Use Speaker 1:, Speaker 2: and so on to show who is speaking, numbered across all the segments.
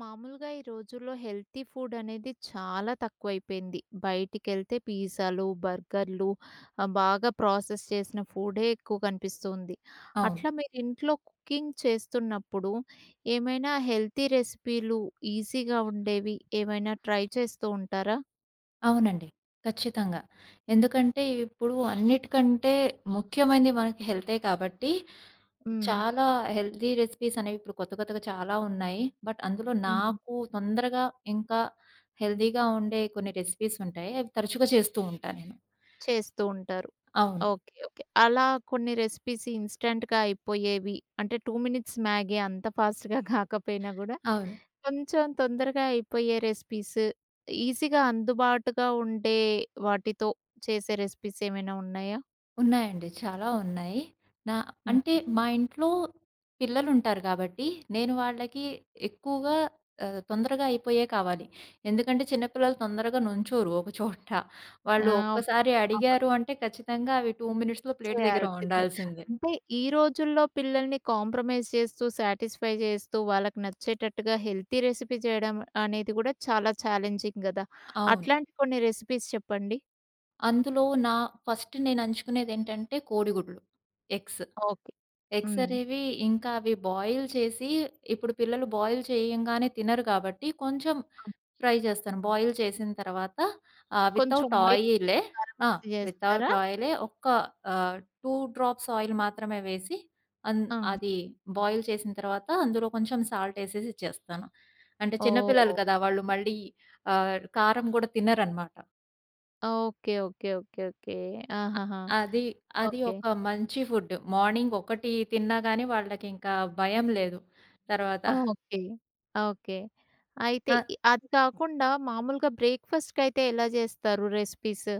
Speaker 1: మామూలుగా ఈ రోజుల్లో హెల్తీ ఫుడ్ అనేది చాలా తక్కువైపోయింది. బయటికెళ్తే పిజ్జాలు, బర్గర్‌లు బాగా ప్రాసెస్ చేసిన ఫుడే ఎక్కువ కనిపిస్తుంది.
Speaker 2: అవును.
Speaker 1: అట్లా మీరు ఇంట్లో కుకింగ్ చేస్తున్నప్పుడు ఏమైనా హెల్తీ రెసిపీలు ఈజీగా ఉండేవి ఏమైనా ట్రై చేస్తూ ఉంటారా?
Speaker 2: అవునండి. ఖచ్చితంగా. ఎందుకంటే ఇప్పుడు అన్నిటికంటే ముఖ్యమైనది మనకి హెల్తే కాబట్టి,
Speaker 1: హ్మ్.
Speaker 2: చాలా హెల్తీ రెసిపీస్ అనేవి ఇప్పుడు కొత్త కొత్తగా చాలా ఉన్నాయి. బట్ అందులో
Speaker 1: హ్మ్.
Speaker 2: నాకు తొందరగా ఇంకా హెల్తీగా ఉండే కొన్ని రెసిపీస్ ఉంటాయి. అవి తరచుగా చేస్తూ ఉంటా నేను.
Speaker 1: చేస్తూ ఉంటారు.
Speaker 2: అవును.
Speaker 1: ఓకే, ఓకే, అలా కొన్ని రెసిపీస్ ఇన్‌స్టంట్‌గా అయిపోయేవి. అంటే 2 మినిట్స్ మ్యాగీ అంత ఫాస్ట్‌గా కాకపోయినా గూడా,
Speaker 2: అవును.
Speaker 1: కొంచెం తొందరగా అయిపోయే రెసిపీస్, ఈజీగా అందుబాటుగా ఉండే వాటితో చేసే రెసిపీస్ ఏమైనా ఉన్నాయా?
Speaker 2: ఉన్నాయండి. చాలా ఉన్నాయి. నా అంటే
Speaker 1: హ్మ్.
Speaker 2: మా ఇంట్లో పిల్లలుంటారు కాబట్టి, నేను వాళ్ళకి ఎక్కువగా తొందరగా అయిపోయేయి కావాలి. ఎందుకంటే చిన్న పిల్లలు తొందరగా నుంచోరు ఒక చోట.
Speaker 1: ఆ,
Speaker 2: వాళ్ళు ఒక్కసారి అడిగారు
Speaker 1: అవును,
Speaker 2: అంటే ఖచ్చితంగా అవి 2 మినిట్స్‌లో ప్లేట్ దగ్గర
Speaker 1: చేయాల్సిందే.
Speaker 2: ఉండాల్సిందే.
Speaker 1: అంటే ఈ రోజుల్లో పిల్లల్ని కాంప్రమైజ్ చేస్తూ, సాటిస్ఫై చేస్తూ, వాళ్ళకి నచ్చేటట్టుగా హెల్తీ రెసిపీ చేయడం అనేది గూడా చాలా ఛాలెంజింగ్ గదా!
Speaker 2: అవును.
Speaker 1: అట్లాంటి కొన్ని రెసిపీస్ చెప్పండి.
Speaker 2: అందులో ఫస్ట్ నేను ఎంచుకునేదేంటంటే కోడిగుడ్లు, ఎగ్స్.
Speaker 1: ఓకే.
Speaker 2: ఎగ్స్
Speaker 1: హ్మ్.
Speaker 2: అనేవి ఇంకా అవి బాయిల్ చేసి ఇప్పుడు పిల్లలు బాయిల్ చేయంగానే తినరు కాబట్టి కొంచెం
Speaker 1: ఆ,
Speaker 2: ఫ్రై చేస్తాను. బాయిల్ చేసిన తర్వాత
Speaker 1: కొంచెం
Speaker 2: వితౌట్
Speaker 1: ఆయిల్
Speaker 2: ఆయిలే
Speaker 1: కారం
Speaker 2: ఆ!
Speaker 1: వేసి
Speaker 2: వితౌట్
Speaker 1: జేస్తారా?
Speaker 2: ఆయిలే ఒక్క ఆహ్, 2 డ్రాప్స్ ఆయిల్ మాత్రమే వేసి అన్
Speaker 1: ఆ!
Speaker 2: అది బాయిల్ చేసిన తర్వాత అందులో కొంచెం సాల్ట్ ఎసేసి ఇచ్చేస్తాను. అంటే చిన్న పిల్లలు
Speaker 1: ఓహ్!
Speaker 2: కదా! వాళ్ళు మళ్ళీ కారం గూడా తినరనమాట.
Speaker 1: Okay, okay, okay, okay.
Speaker 2: అ
Speaker 1: ఆహాహా!
Speaker 2: అది, అది
Speaker 1: ఓకే,
Speaker 2: ఒక మంచి ఫుడ్. మార్నింగ్ ఒకటి తిన్నా గాని వాళ్ళకింకా భయం లేదు తర్వాత.
Speaker 1: Okay, okay. అయితే
Speaker 2: ఆ!
Speaker 1: అది కాకుండా మామూలుగా బ్రేక్‌ఫాస్ట్‌కైతే ఎలా జేస్తారు రెసిపీస్?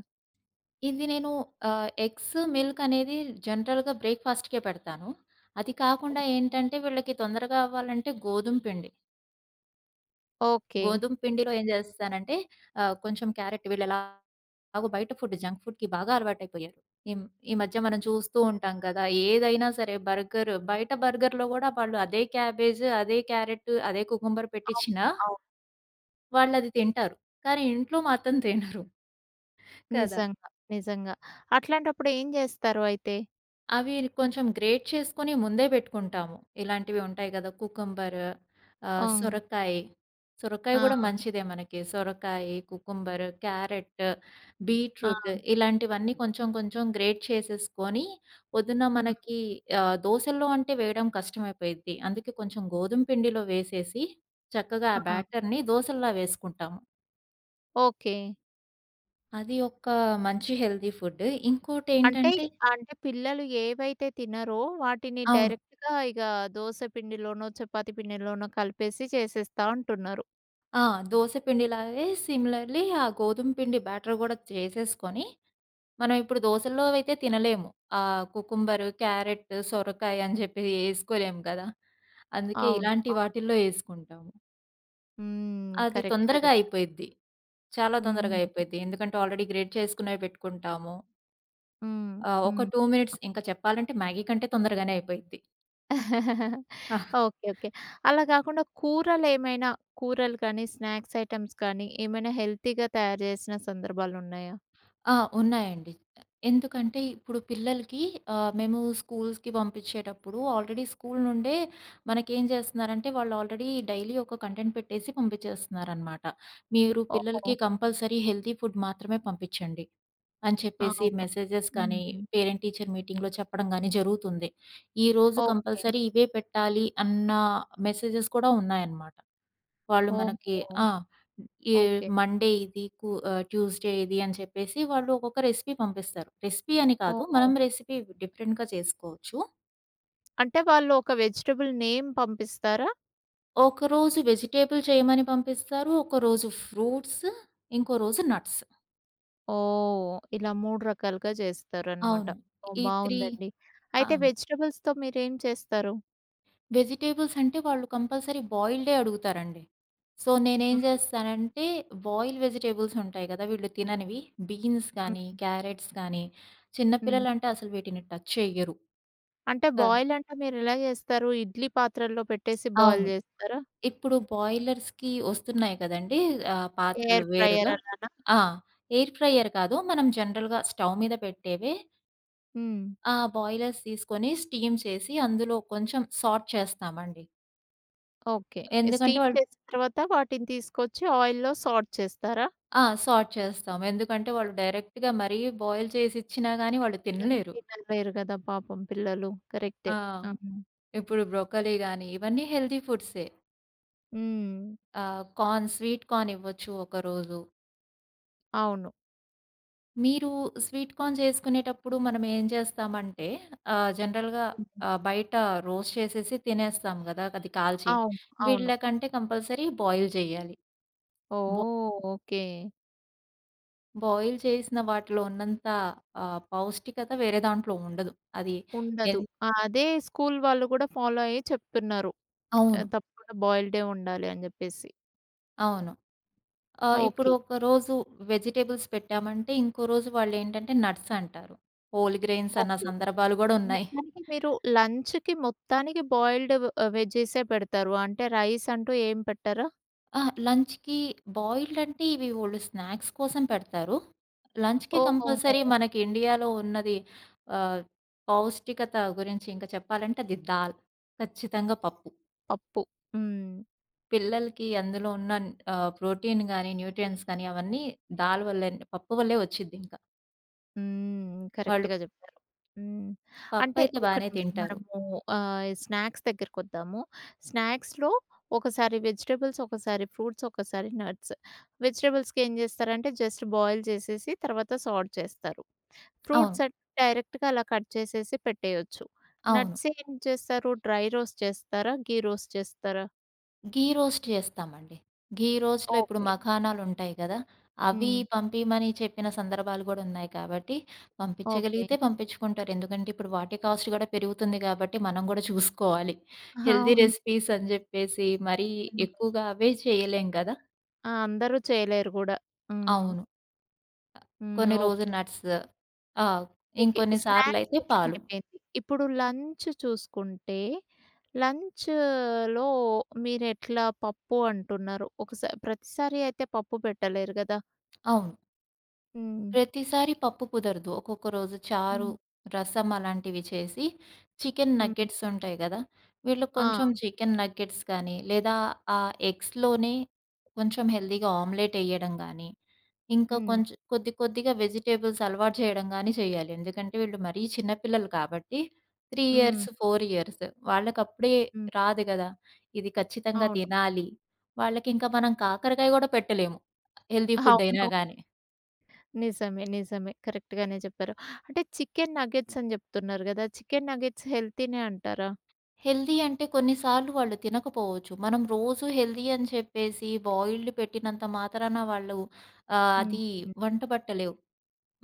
Speaker 2: ఇది నేను ఎగ్స్, మిల్క్ అనేది జనరల్‌గా బ్రేక్‌ఫాస్ట్‌కే పెడతాను. అది కాకుండా ఏంటంటే వీళ్ళకి తొందరగా అవ్వాలంటే గోధుమ పిండి.
Speaker 1: ఓకే.
Speaker 2: గోధుమ పిండిలో ఏం జేస్తానంటే కొంచెం క్యారెట్ వీళ్ళెలాగో బయట ఫుడ్ జంక్ ఫుడ్‌కి బాగా అలవాటైపోయారు. ఈమ్ ఈ మధ్య మనం చూస్తూ ఉంటాం కదా! ఏదైనా సరే బయట బర్గర్‌లో గూడా వాళ్ళు అదే క్యాబేజ్, అదే క్యారెట్, అదే కుకుంబర్
Speaker 1: అవును,
Speaker 2: పెట్టిచ్చినా
Speaker 1: అవును.
Speaker 2: వాళ్ళది తింటారు. కానీ ఇంట్లో మాత్రం తినరు. కదా!
Speaker 1: నిజంగా, నిజంగా. అట్లాంటప్పుడు ఏం జేస్తారు అయితే?
Speaker 2: అవి కొంచెం గ్రేట్ చేసుకొని ముందే పెట్టుకుంటాము. ఇలాంటివి ఉంటాయి గదా! కుకుంబర్,
Speaker 1: హ్మ్.
Speaker 2: సొరకాయ. సొరకాయ
Speaker 1: ఆ!
Speaker 2: గూడా మంచిదే మనకి. సొరకాయ, కుకుంబర్, క్యారెట్,
Speaker 1: ఆ!
Speaker 2: బీట్రూట్ ఇలాంటివన్నీ కొంచెం కొంచెం గ్రేట్ చేసేసుకొని పొద్దున్న
Speaker 1: హ్మ్.
Speaker 2: మనకి దోసల్లో అంటే వేయడం కష్టమైపోయిద్ది. అందుకే కొంచెం గోధుమ పిండిలో వేసేసి చక్కగా ఆ
Speaker 1: ఆ!
Speaker 2: బ్యాటర్‌ని దోసల్లా వేసుకుంటాము.
Speaker 1: ఓకే.
Speaker 2: అది ఒక మంచి హెల్తీ ఫుడ్.
Speaker 1: అంటే,
Speaker 2: ఇంకోటేంటంటే
Speaker 1: అంటే, పిల్లలు ఏవైతే తినరో వాటిని
Speaker 2: అవును.
Speaker 1: డైరెక్ట్‌గా దోస పిండిలోనో, చపాతీ పిండిలోనో కలిపేసి చేసేస్తా అంటున్నారు.
Speaker 2: ఆ! దోస పిండిలాగే సిమిలర్‌లీ ఆ గోధుమ పిండి బ్యాటర్ గూడా చేసేసుకొని, మనం ఇప్పుడు దోసల్లో అయితే తినలేము. ఆహ్, కుకుంబరు, క్యారెట్, సొరకాయ అని చెప్పి ఏసుకోలేము కదా! అందుకే
Speaker 1: అవును,
Speaker 2: ఇలాంటి
Speaker 1: అవును.
Speaker 2: వాటిల్లో ఏసుకుంటాము.
Speaker 1: హ్మ్,
Speaker 2: అది
Speaker 1: కరెక్ట్‌గా
Speaker 2: తొందరగా
Speaker 1: చెప్పారు.
Speaker 2: అయిపోయిద్ది. చాలా తొందరగా
Speaker 1: హ్మ్.
Speaker 2: అయిపోయిద్ది. ఎందుకంటే ఆల్రెడీ గ్రేట్ చేసుకునేవి పెట్టుకుంటాము.
Speaker 1: హ్మ్.
Speaker 2: ఒక
Speaker 1: హ్మ్.
Speaker 2: 2 మినిట్స్ ఇంకా చెప్పాలంటే మ్యాగీ కంటే తొందరగానే అయిపోయిద్ది.
Speaker 1: ఓకే, ఓకే, అలా కాకుండా కూరలు కానీ, స్నాక్స్ ఐటెమ్స్ కానీ ఏమైనా హెల్తీగా తయారు చేసిన సందర్భాలున్నాయా?
Speaker 2: ఆ! ఉన్నాయండి. ఎందుకంటే ఇప్పుడు పిల్లలకి మేము స్కూల్స్‌కి పంపించేటప్పుడు ఆల్రెడీ స్కూల్ నుండే మనకేం చేస్తున్నారంటే వాళ్ళు ఆల్రెడీ డైలీ ఒక కంటెంట్ పెట్టేసి పంపించేస్తున్నారనమాట. మీరు
Speaker 1: ఓహో!
Speaker 2: పిల్లలకి కంపల్సరీ హెల్తీ ఫుడ్ మాత్రమే పంపించండి అని చెప్పేసి
Speaker 1: అవును.
Speaker 2: మెసేజెస్ కానీ,
Speaker 1: హ్మ్.
Speaker 2: పేరెంట్ టీచర్ మీటింగ్‌లో చెప్పడం గానీ జరుగుతుంది. ఈరోజు
Speaker 1: ఓకే.
Speaker 2: కంపల్సరీ ఇవే పెట్టాలి అన్న మెసేజెస్ కూడా ఉన్నాయన్నమాట. వాళ్ళు మనకి
Speaker 1: ఓహో!
Speaker 2: ఆ! ఈ
Speaker 1: ఓకే.
Speaker 2: మండే ఇది కు ఆహ్, ట్యూస్‌డే ఇది అని చెప్పేసి వాళ్ళు ఒక్కొక్క రెసిపీ పంపిస్తారు. రెసిపీ అని కాదు.
Speaker 1: ఓహో!
Speaker 2: మనం రెసిపీ డిఫరెంట్‌గా చేసుకోవచ్చు.
Speaker 1: అంటే వాళ్ళు ఒక వెజిటబుల్ నేమ్ పంపిస్తారా?
Speaker 2: ఒకరోజు వెజిటబుల్ చేయమని పంపిస్తారు. ఒకరోజు ఫ్రూట్స్, ఇంకో రోజు
Speaker 1: హ్మ్.
Speaker 2: నట్స్.
Speaker 1: ఓహ్! ఇలా 3 రకాలుగా చేస్తారనమాట.
Speaker 2: అవును.
Speaker 1: ఓహ్,
Speaker 2: ఈ 3
Speaker 1: బావుందండి. అయితే
Speaker 2: అవును.
Speaker 1: వెజిటబుల్స్‌తో మీరేం చేస్తారు?
Speaker 2: వెజిటబుల్స్ అంటే వాళ్ళు కంపల్సరీ బాయిల్డే అడుగుతారండి. సో, నేనేం
Speaker 1: హ్మ్.
Speaker 2: చేస్తానంటే బాయిల్ వెజిటబుల్స్ ఉంటాయి కదా! వీళ్ళు తిననివి. బీన్స్ గానీ,
Speaker 1: హ్మ్.
Speaker 2: క్యారెట్స్ గానీ, చిన్న
Speaker 1: హ్మ్.
Speaker 2: పిల్లలంటే అసలు వీటిని టచ్ చెయ్యరు.
Speaker 1: అంటే
Speaker 2: ఆ!
Speaker 1: బాయిల్ అంటే మీరెలా చేస్తారు? ఇడ్లీ పాత్రల్లో పెట్టేసి బాయిల్
Speaker 2: అవును.
Speaker 1: చేస్తారా?
Speaker 2: ఇప్పుడు బాయిలర్స్‌కి వస్తున్నాయి కదండీ! ఆహ్, పాత్రలు
Speaker 1: ఎయిర్ ఫ్రైయర్
Speaker 2: వేరుగా.
Speaker 1: అలానా?
Speaker 2: ఆ! ఎయిర్ ఫ్రైయర్ కాదు. మనం జనరల్‌గా స్టవ్ మీద పెట్టేవే
Speaker 1: హ్మ్.
Speaker 2: బాయిలర్స్ తీసుకొని స్టీమ్ చేసి అందులో కొంచెం సార్ట్ చేస్తామండి.
Speaker 1: ఓకే.
Speaker 2: ఎందుకంటే
Speaker 1: స్టీమ్
Speaker 2: వాళ్ళు
Speaker 1: చేసిన తర్వాత వాటిని తీసుకొచ్చి ఆయిల్‌లో సాట్ చేస్తారా?
Speaker 2: ఆ! సార్ట్ చేస్తాం. ఎందుకంటే వాళ్ళు డైరెక్ట్‌గా మరీ బాయిల్ చేసి ఇచ్చినా గాని వాళ్ళు
Speaker 1: హ్మ్,
Speaker 2: తినలేరు.
Speaker 1: తినలేరు కదా! పాపం పిల్లలు. కరెక్టే.
Speaker 2: ఆ!
Speaker 1: అవును.
Speaker 2: ఇప్పుడు బ్రోకలీ గాని ఇవన్నీ హెల్తీ ఫుడ్సే.
Speaker 1: హ్మ్.
Speaker 2: కార్న్, స్వీట్ కార్న్ ఇవ్వచ్చు ఒకరోజు.
Speaker 1: అవును.
Speaker 2: మీరు స్వీట్ కార్న్ చేసుకునేటప్పుడు మనం ఏం చేస్తామంటే జనరల్‌గా
Speaker 1: హ్మ్.
Speaker 2: ఆహ్, బయట రోస్ట్ చేసేసి తినేస్తాం గదా! అది కాల్చి.
Speaker 1: అవును, అవును.
Speaker 2: వీళ్ళకంటే కంపల్సరీ బాయిల్ చేయాలి. బా
Speaker 1: ఓహ్! ఓకే.
Speaker 2: బాయిల్ చేసిన వాటిలో ఉన్నంత పౌష్టికత వేరే దాంట్లో ఉండదు. అది
Speaker 1: ఉండదు.
Speaker 2: ఎన్
Speaker 1: ఆ, అదే స్కూల్ వాళ్ళు కూడా ఫాలో అయ్యి చెప్తున్నారు.
Speaker 2: అవును.
Speaker 1: తప్పకుండా బాయిల్డే ఉండాలి అని జెప్పేసి.
Speaker 2: అవును. ఇప్పుడు
Speaker 1: ఓకే,
Speaker 2: ఒకరోజు వెజిటబుల్స్ పెట్టామంటే, ఇంకో రోజు వాళ్ళేంటంటే నట్స్ అంటారు. హోల్ గ్రెయిన్స్ అన్న
Speaker 1: ఓకే,
Speaker 2: సందర్భాలు గూడా ఉన్నాయి.
Speaker 1: మొత్తానికి మీరు లంచ్‌కి మొత్తానికి బాయిల్డ్ వెజ్జీసే పెడతారు. అంటే రైస్ అంటూ ఏం పెట్టరా?
Speaker 2: ఆ! లంచ్‌కి బాయిల్డ్ అంటే ఇవి వోళ్ళు స్నాక్స్ కోసం పెడతారు. లంచ్‌కి
Speaker 1: ఓహోహో!
Speaker 2: కంపల్సరీ మనకి ఇండియాలో ఉన్నది ఆహ్, పౌష్టికత గురించి ఇంకా చెప్పాలంటే అది దాల్. ఖచ్చితంగా పప్పు.
Speaker 1: పప్పు. హ్మ్.
Speaker 2: పిల్లలకి అందులో ఉన్న ప్రోటీన్ గాని, న్యూట్రియంట్స్ గాని అవన్నీ దాల్ వల్లే పప్పు వల్లే వచ్చిద్దింకా.
Speaker 1: హ్మ్,
Speaker 2: వాళ్ళు
Speaker 1: కరెక్ట్‌గా జెప్పారు. హ్మ్.
Speaker 2: పప్పు
Speaker 1: అంటే
Speaker 2: అయితే
Speaker 1: ఒక్క
Speaker 2: బానే
Speaker 1: నిమిషం
Speaker 2: తింటారు.
Speaker 1: మనము స్నాక్స్ దగ్గరకొద్దాము. స్నాక్స్‌లో ఒకసారి వెజిటబుల్స్, ఒకసారి ఫ్రూట్స్, ఒకసారి నట్స్. వెజిటబుల్స్‌కి ఏం జేస్తారంటే జస్ట్ బాయిల్ చేసేసి తర్వాత సార్ట్ చేస్తారు.
Speaker 2: అవును.
Speaker 1: ఫ్రూట్స్ అంటే డైరెక్ట్‌గా అలా కట్ చేసేసి పెట్టేయొచ్చు.
Speaker 2: అవును.
Speaker 1: నట్స్ ఏం చేస్తారు? డ్రై రోస్ట్ చేస్తారా? ఘీ రోస్ట్ చేస్తారా?
Speaker 2: ఘీ రోస్ట్ చేస్తామండి. ఘీ రోస్ట్‌లో ఇప్పుడు
Speaker 1: ఓకే.
Speaker 2: మఖానాలుంటాయి కదా! అవి
Speaker 1: హ్మ్.
Speaker 2: పంపిమని చెప్పిన సందర్భాలు గూడా ఉన్నాయి కాబట్టి,
Speaker 1: ఓకే.
Speaker 2: పంపించగలిగితే పంపించుకుంటారు. ఎందుకంటే, ఇప్పుడు వాటి కాస్ట్ గూడా పెరుగుతుంది గాబట్టి, మనం గూడా చూసుకోవాలి. హెల్తీ
Speaker 1: అవును.
Speaker 2: రెసిపీస్ అని జెప్పేసి మరీ
Speaker 1: హ్మ్.
Speaker 2: ఎక్కువగా అవే చేయలేం కదా!
Speaker 1: ఆ, అందరూ చేయలేరు గూడా. హ్మ్.
Speaker 2: అవును.
Speaker 1: హ్మ్.
Speaker 2: కొన్ని రోజులు
Speaker 1: ఓకే.
Speaker 2: నట్స్. ఆ!
Speaker 1: ఓకే,
Speaker 2: ఇంకొన్ని
Speaker 1: స్నాక్స్
Speaker 2: సార్లయితే పాలు.
Speaker 1: విషయమైపోయింది. ఇప్పుడు లంచ్ చూసుకుంటే, లంచ్‌లో మీరెట్లా పప్పు అంటున్నారు. ప్రతిసారి అయితే పప్పు పెట్టలేరు గదా!
Speaker 2: అవును.
Speaker 1: హ్మ్.
Speaker 2: ప్రతిసారి పప్పు కుదరదు. ఒక్కొక్క రోజు చారు,
Speaker 1: హ్మ్.
Speaker 2: రసం అలాంటివి చేసి చికెన్
Speaker 1: హ్మ్.
Speaker 2: నగ్గెట్స్ ఉంటాయి గదా! వీళ్ళు
Speaker 1: ఆ!
Speaker 2: కొంచెం చికెన్ నగ్గెట్స్ కానీ, లేదా ఆ ఎగ్స్‌లోనే కొంచెం హెల్తీగా ఆమ్లెట్ ఎయడం గానీ, ఇంకా
Speaker 1: హ్మ్.
Speaker 2: కొంచెం కొద్ది కొద్దిగా వెజిటబుల్స్ అలవాటు చేయడం గానీ చేయాలి. ఎందుకంటే వీళ్ళు మరీ చిన్న పిల్లలు కాబట్టి 3
Speaker 1: హ్మ్.
Speaker 2: ఇయర్స్, 4 ఇయర్స్ వాళ్ళకప్పుడే
Speaker 1: హ్మ్.
Speaker 2: రాదు గదా! ఇది ఖచ్చితంగా
Speaker 1: అవును,
Speaker 2: తినాలి. వాళ్ళకింకా మనం కాకరకాయ గూడా పెట్టలేము. హెల్తీ ఫుడ్ అయినా
Speaker 1: అవును,
Speaker 2: గాని.
Speaker 1: నిజమే, నిజమే, కరెక్ట్‌గానే చెప్పారు. అంటే చికెన్ నగ్గెట్స్ అని జెప్తున్నారు గదా! చికెన్ నగ్గెట్స్ హెల్తీనే అంటారా?
Speaker 2: హెల్తీ అంటే కొన్నిసార్లు వాళ్ళు తినకపోవచ్చు. మనం రోజు హెల్తీ అని చెప్పేసి బాయిల్డ్ పెట్టినంత మాత్రాన వాళ్ళు ఆహ్,
Speaker 1: హ్మ్.
Speaker 2: అది వంట పట్టలేవు.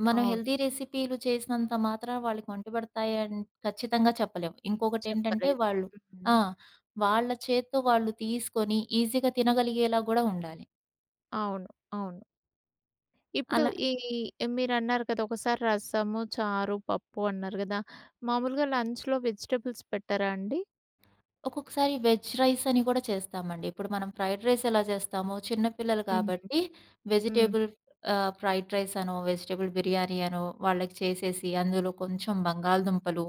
Speaker 2: మనం
Speaker 1: అవును.
Speaker 2: హెల్తీ రెసిపీలు చేసినంత మాత్రాన వాళ్ళకి వంట పడతాయి అని ఖచ్చితంగా చెప్పలేము. ఇంకొకటేంటంటే
Speaker 1: చెప్పలేదు.
Speaker 2: వాళ్ళు ఆ!
Speaker 1: హ్మ్.
Speaker 2: వాళ్ళ చేత్తో వాళ్ళు తీసుకొని ఈజీగా తినగలిగేలా గూడా ఉండాలి.
Speaker 1: అవును, అవును. ఇప్పుడు
Speaker 2: అలా
Speaker 1: ఈ మీరన్నారు కదా! ఒకసారి రసము, చారు, పప్పు అన్నారు గదా! మామూలుగా లంచ్‌లో వెజిటబుల్స్ పెట్టరా అండి?
Speaker 2: ఒక్కొక్కసారి వెజ్ రైస్ అని కూడా చేస్తామండి. ఇప్పుడు మనం ఫ్రైడ్ రైస్ ఎలా చేస్తామో, చిన్న పిల్లలు
Speaker 1: హ్మ్.
Speaker 2: కాబట్టి
Speaker 1: హ్మ్.
Speaker 2: వెజిటబుల్ ఫ్రైడ్ రైస్ అనో, వెజిటబుల్ బిర్యానీ అనో వాళ్ళకి చేసేసి అందులో కొంచెం బంగాళదుంపలు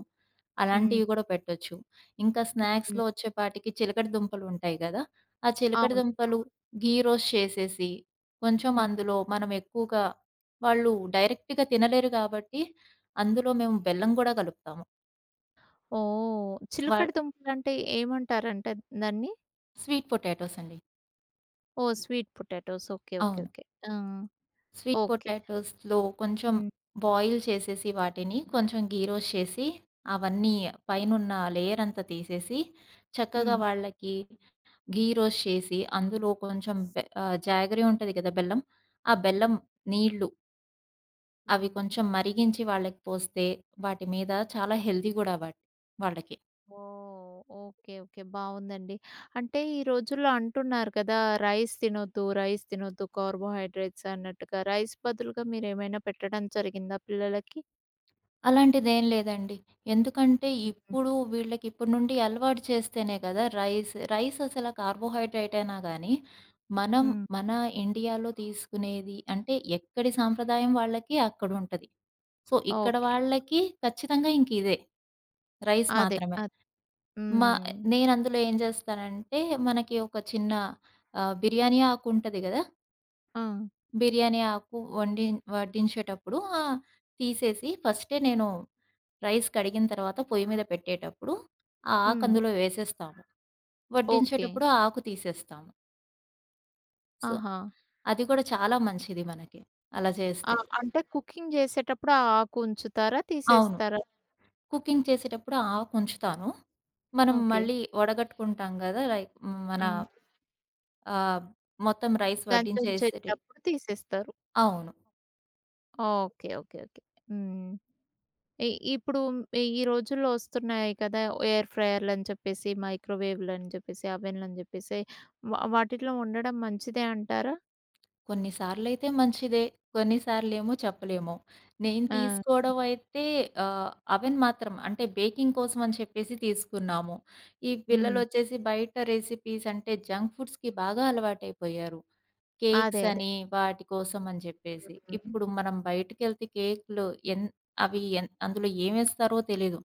Speaker 1: హ్మ్.
Speaker 2: అలాంటివి కూడా పెట్టొచ్చు. ఇంకా
Speaker 1: హ్మ్.
Speaker 2: స్నాక్స్‌లో వచ్చేపాటికి చిలకడ దుంపలు ఉంటాయి గదా! ఆ చిలకడ
Speaker 1: అవును,
Speaker 2: దుంపలు
Speaker 1: అవును.
Speaker 2: ఘీ రోస్ట్ చేసేసి, కొంచెం
Speaker 1: హ్మ్.
Speaker 2: అందులో మనం ఎక్కువగా వాళ్ళు డైరెక్ట్‌గా తినలేరు కాబట్టి అందులో మేము బెల్లం గూడా కలుపుతాము.
Speaker 1: ఓహ్!
Speaker 2: వా
Speaker 1: చిలకడ దుంపలంటే ఏమంటారంట దాన్ని?
Speaker 2: స్వీట్ పొటాటోస్ అండి.
Speaker 1: ఓహ్! Sweet potatoes. ఓకే, ఓకే,
Speaker 2: అవును.
Speaker 1: ఓకే. ఆ!
Speaker 2: Sweet
Speaker 1: okay.
Speaker 2: పొటాటోస్‌లో కొంచెం
Speaker 1: హ్మ్.
Speaker 2: బాయిల్ చేసేసి వాటిని, కొంచెం ఘీ రోస్ట్ చేసి, అవన్నీ పైనున్న లేయర్ అంతా తీసేసి, చక్కగా
Speaker 1: హ్మ్.
Speaker 2: వాళ్ళకి ఘీ రోస్ట్ చేసి, అందులో కొంచెం జాగరీ ఉంటది కదా! బెల్లం. ఆ
Speaker 1: హ్మ్.
Speaker 2: బెల్లం నీళ్ళు అవి
Speaker 1: హ్మ్.
Speaker 2: కొంచెం మరిగించి వాళ్ళకి పోస్తే, వాటి మీద చాలా హెల్తీ గూడా వాటి వాళ్ళకి.
Speaker 1: ఓహ్! Okay, okay. బావుందండి. అంటే ఈ రోజుల్లో అంటున్నారు కదా! రైస్ తినొద్దు, రైస్ తినొద్దు, కార్బోహైడ్రేట్స్ అన్నట్టుగా. రైస్ బదులుగా మీరేమైనా పెట్టడం జరిగిందా పిల్లలకి?
Speaker 2: అలాంటిదేం లేదండి. ఎందుకంటే
Speaker 1: హ్మ్.
Speaker 2: ఇప్పుడు వీళ్ళకి ఇప్పటి నుండి అలవాటు చేస్తేనే కదా రైస్, రైస్ అసల కార్బోహైడ్రేట్ అయినా గానీ, మనం
Speaker 1: హ్మ్.
Speaker 2: మన ఇండియాలో తీసుకునేది అంటే ఎక్కడి సాంప్రదాయం వాళ్ళకి అక్కడుంటది. సో, ఇక్కడ
Speaker 1: ఓకే.
Speaker 2: వాళ్ళకి ఖచ్చితంగా ఇంకిదే. రైస్
Speaker 1: అదే.
Speaker 2: మాత్రమే. మా
Speaker 1: హ్మ్.
Speaker 2: నేనందులో ఏం జేస్తానంటే మనకి ఒక చిన్న బిర్యానీ ఆకుంటది గదా!
Speaker 1: ఆ!
Speaker 2: బిర్యానీ ఆకు వండి వడ్డించేటప్పుడు ఆహ్, తీసేసి ఫస్టే నేను రైస్ కడిగిన తర్వాత పొయ్యి మీద పెట్టేటప్పుడు ఆ ఆకు
Speaker 1: హ్మ్.
Speaker 2: అందులో వేసేస్తాము.
Speaker 1: ఓకే.
Speaker 2: వడ్డించేటప్పుడు ఆ ఆకు తీసేస్తాము. సో,
Speaker 1: ఆహా!
Speaker 2: అది కూడా చాలా మంచిది మనకి అలా
Speaker 1: ఆ!
Speaker 2: చేస్తే.
Speaker 1: అంటే కుకింగ్ చేసేటప్పుడు ఆ ఆకు ఉంచుతారా?
Speaker 2: అవును.
Speaker 1: తీసేస్తారా?
Speaker 2: కుకింగ్ చేసేటప్పుడు ఆ ఆకు ఉంచుతాను. మనం
Speaker 1: ఓకే.
Speaker 2: మళ్ళీ వడగట్టుకుంటాం గదా! లైక్ మన
Speaker 1: ఆ,
Speaker 2: ఆహ్, మొత్తం రైస్
Speaker 1: గంజి
Speaker 2: వడ్డించేసేటి
Speaker 1: ఉంచేటప్పుడు తీసేస్తారు.
Speaker 2: అవును.
Speaker 1: Okay, okay, okay. హ్మ్. ఇ ఇప్పుడు ఈ ఈ రోజుల్లో వస్తున్నాయి కదా! ఎయిర్ ఫ్రైయర్‌లని చెప్పేసి, మైక్రోవేవ్‌లని చెప్పేసి, అవెన్‌లని చెప్పేసి వాటిలో వండడం మంచిదే అంటారా?
Speaker 2: కొన్నిసార్లయితే మంచిదే. కొన్నిసార్లేమో చెప్పలేము. నేను
Speaker 1: ఆ!
Speaker 2: తీసుకోవడం అయితే అవెన్ మాత్రం అంటే బేకింగ్ కోసం అని చెప్పేసి తీసుకున్నాము. ఈ
Speaker 1: హ్మ్.
Speaker 2: పిల్లలొచ్చేసి బయట రెసిపీస్ అంటే జంక్ ఫుడ్స్‌కి బాగా అలవాటైపోయారు. కేక్స్
Speaker 1: అదే, అదే.
Speaker 2: అని వాటి కోసం అని చెప్పేసి.
Speaker 1: హ్మ్.
Speaker 2: ఇప్పుడు మనం బయటికెళ్తే కేకులు ఎన్ అవి ఎన్ అందులో ఏమేస్తారో తెలీదు.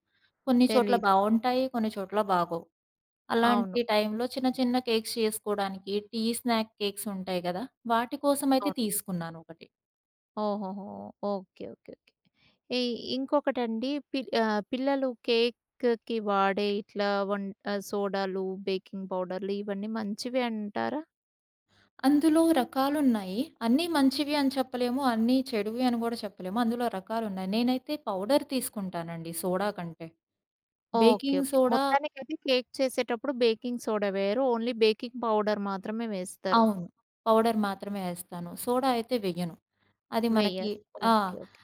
Speaker 2: కొన్ని చోట్ల
Speaker 1: తెలీదు.
Speaker 2: బావుంటాయి. కొన్ని చోట్ల బాగోవు.
Speaker 1: అవును,
Speaker 2: అలాంటి టైంలో చిన్న చిన్న కేక్స్ చేసుకోడానికి టీ స్నాక్ కేక్స్ ఉంటాయి గదా! వాటి కోసమయితే
Speaker 1: అవును.
Speaker 2: తీసుకున్నాను ఒకటి.
Speaker 1: ఓహోహో! Okay, okay, okay. ఈ ఇంకొకటండి, పిల్లలు కేక్‌కి వాడే ఇట్లా వన్ సోడాలు, బేకింగ్ పౌడర్‌లు ఇవన్నీ మంచివే అంటారా?
Speaker 2: అందులో రకాలున్నాయి. అన్నీ మంచివి అని చెప్పలేము. అన్నీ చెడువి అని గూడా చెప్పలేము. అందులో రకాలున్నాయి. నేనైతే పౌడర్ తీసుకుంటానండి సోడా కంటే.
Speaker 1: ఓకే,
Speaker 2: బేకింగ్
Speaker 1: ఓకే,
Speaker 2: సోడా
Speaker 1: మొత్తానికైతే కేక్ చేసేటప్పుడు బేకింగ్ సోడా వేయరు. ఓన్లీ బేకింగ్ పౌడర్ మాత్రమే వేస్తారు.
Speaker 2: అవును. పౌడర్ మాత్రమే ఏస్తాను. సోడా అయితే వెయ్యను. అది మనకి
Speaker 1: వెయ్యరు.
Speaker 2: ఆ!
Speaker 1: Okay, okay.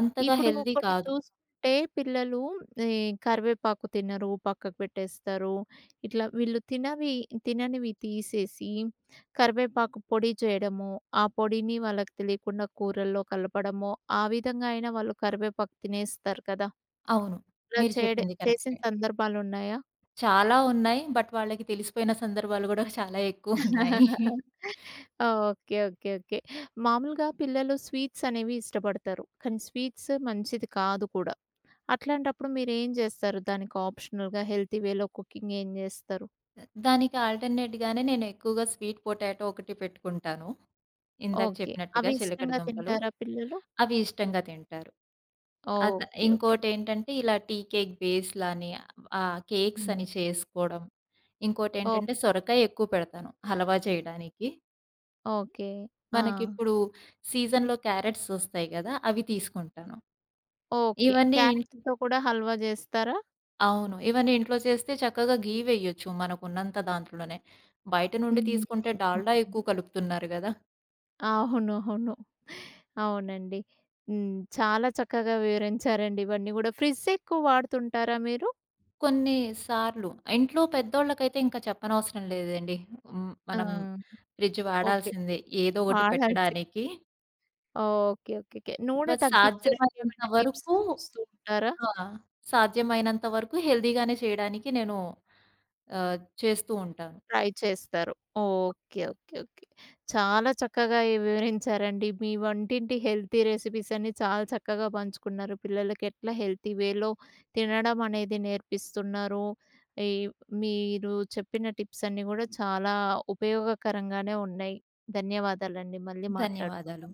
Speaker 2: అంతగా
Speaker 1: ఇప్పుడు
Speaker 2: హెల్తీ
Speaker 1: ఒకటి
Speaker 2: కాదు.
Speaker 1: చూసుకుంటే పిల్లలు ఈ కరివేపాకు తినరు, పక్కకు పెట్టేస్తారు. ఇట్లా వీళ్ళు తిననివి తీసేసి కరివేపాకు పొడి చేయడము, ఆ పొడిని వాళ్ళకి తెలియకుండా కూరల్లో కలపడము, ఆ విధంగా అయినా వాళ్ళు కరివేపాకు తినేస్తారు కదా!
Speaker 2: అవును.
Speaker 1: ఇలా
Speaker 2: మీరు చెప్పింది
Speaker 1: చేసిన
Speaker 2: కరెక్టే.
Speaker 1: సందర్భాలున్నాయా?
Speaker 2: చాలా ఉన్నాయి. బట్ వాళ్ళకి తెలిసిపోయిన సందర్భాలు గూడా చాలా ఎక్కువున్నాయి.
Speaker 1: Okay, okay, okay. మామూలుగా పిల్లలు స్వీట్స్ అనేవి ఇష్టపడతారు. కానీ స్వీట్స్ మంచిది కాదు కూడా. అట్లాంటప్పుడు మీరేం జేస్తారు? దానికి ఆప్షనల్‌గా హెల్తీ వేలో కుకింగ్ ఏం జేస్తారు?
Speaker 2: దానికి ఆల్టర్‌నేట్‌గానే నేను ఎక్కువగా స్వీట్ పొటాటో ఒకటి పెట్టుకుంటాను. ఇందాక
Speaker 1: ఓకే.
Speaker 2: చెప్పినట్టుగా
Speaker 1: అవి
Speaker 2: చిలకడ
Speaker 1: ఇష్టంగా
Speaker 2: దుంపలు.
Speaker 1: తింటారా పిల్లలు?
Speaker 2: అవి ఇష్టంగా తింటారు. అద
Speaker 1: ఓకే, ఓకే.
Speaker 2: ఇంకోటేంటంటే ఇలా టీ కేక్ బేస్‌లని కేక్స్
Speaker 1: హ్మ్.
Speaker 2: అని చేసుకోవడం.
Speaker 1: ఓ
Speaker 2: ఇంకోటేంటంటే సొరకాయ ఎక్కువ పెడతాను హల్వా చేయడానికి.
Speaker 1: ఓకే. ఆ!
Speaker 2: మనకిప్పుడు సీజన్‌లో క్యారట్స్ వస్తాయి గదా! అవి తీసుకుంటాను.
Speaker 1: ఓకే.
Speaker 2: ఇవన్నీ ఇంట్
Speaker 1: క్యారెట్‌తో కూడా హల్వా జేస్తారా?
Speaker 2: అవును. ఇవన్నీ ఇంట్లో చేస్తే చక్కగా ఘీ వేయొచ్చు మనకున్నంత దాంట్లోనే. బయట నుండి
Speaker 1: హ్మ్.
Speaker 2: తీసుకుంటే
Speaker 1: హ్మ్.
Speaker 2: డాల్డా ఎక్కువ కలుపుతున్నారు గదా!
Speaker 1: అవునవును. అవునండి. హ్మ్, చాలా చక్కగా వివరించారండి ఇవన్నీ గూడా. ఫ్రిడ్జ్ ఎక్కువ వాడుతుంటారా మీరు?
Speaker 2: కొన్ని సార్లు. ఇంట్లో పెద్దోళ్ళకైతే ఇంకా చెప్పనవసరం లేదండి. హ్మ్.
Speaker 1: ఆ!
Speaker 2: మనం ఫ్రిడ్జ్
Speaker 1: ఓకే.
Speaker 2: వాడాల్సిందే ఏదో ఒకటి
Speaker 1: వాడాల్సి
Speaker 2: పెట్టడానికి.
Speaker 1: Okay, okay, okay. నూనె
Speaker 2: బట్
Speaker 1: తగ్గించడానికి
Speaker 2: సాధ్యమైనంత
Speaker 1: ఏమైనా టిప్స్
Speaker 2: వరకు
Speaker 1: చూస్తూ ఉంటారా?
Speaker 2: ఆ! సాధ్యమైనంత వరకు హెల్తీగానే చేయడానికి నేను ఆహ్, చేస్తూ ఉంటాను.
Speaker 1: ట్రై చేస్తారు. ఓకే, ఓకే, ఓకే, చాలా చక్కగా వివరించారండి. మీ వంటింటి హెల్తీ రెసిపీస్ అన్ని చాలా చక్కగా పంచుకున్నారు. పిల్లలకి ఎట్లా హెల్తీ వేలో తినడం అనేది నేర్పిస్తున్నారు. ఈ మీరు చెప్పిన టిప్స్ అన్నీ గూడా చాలా ఉపయోగకరంగానే ఉన్నాయి. ధన్యవాదాలండి. మళ్ళీ మాట్లాడుకుందాం.
Speaker 2: ధన్యవాదాలు.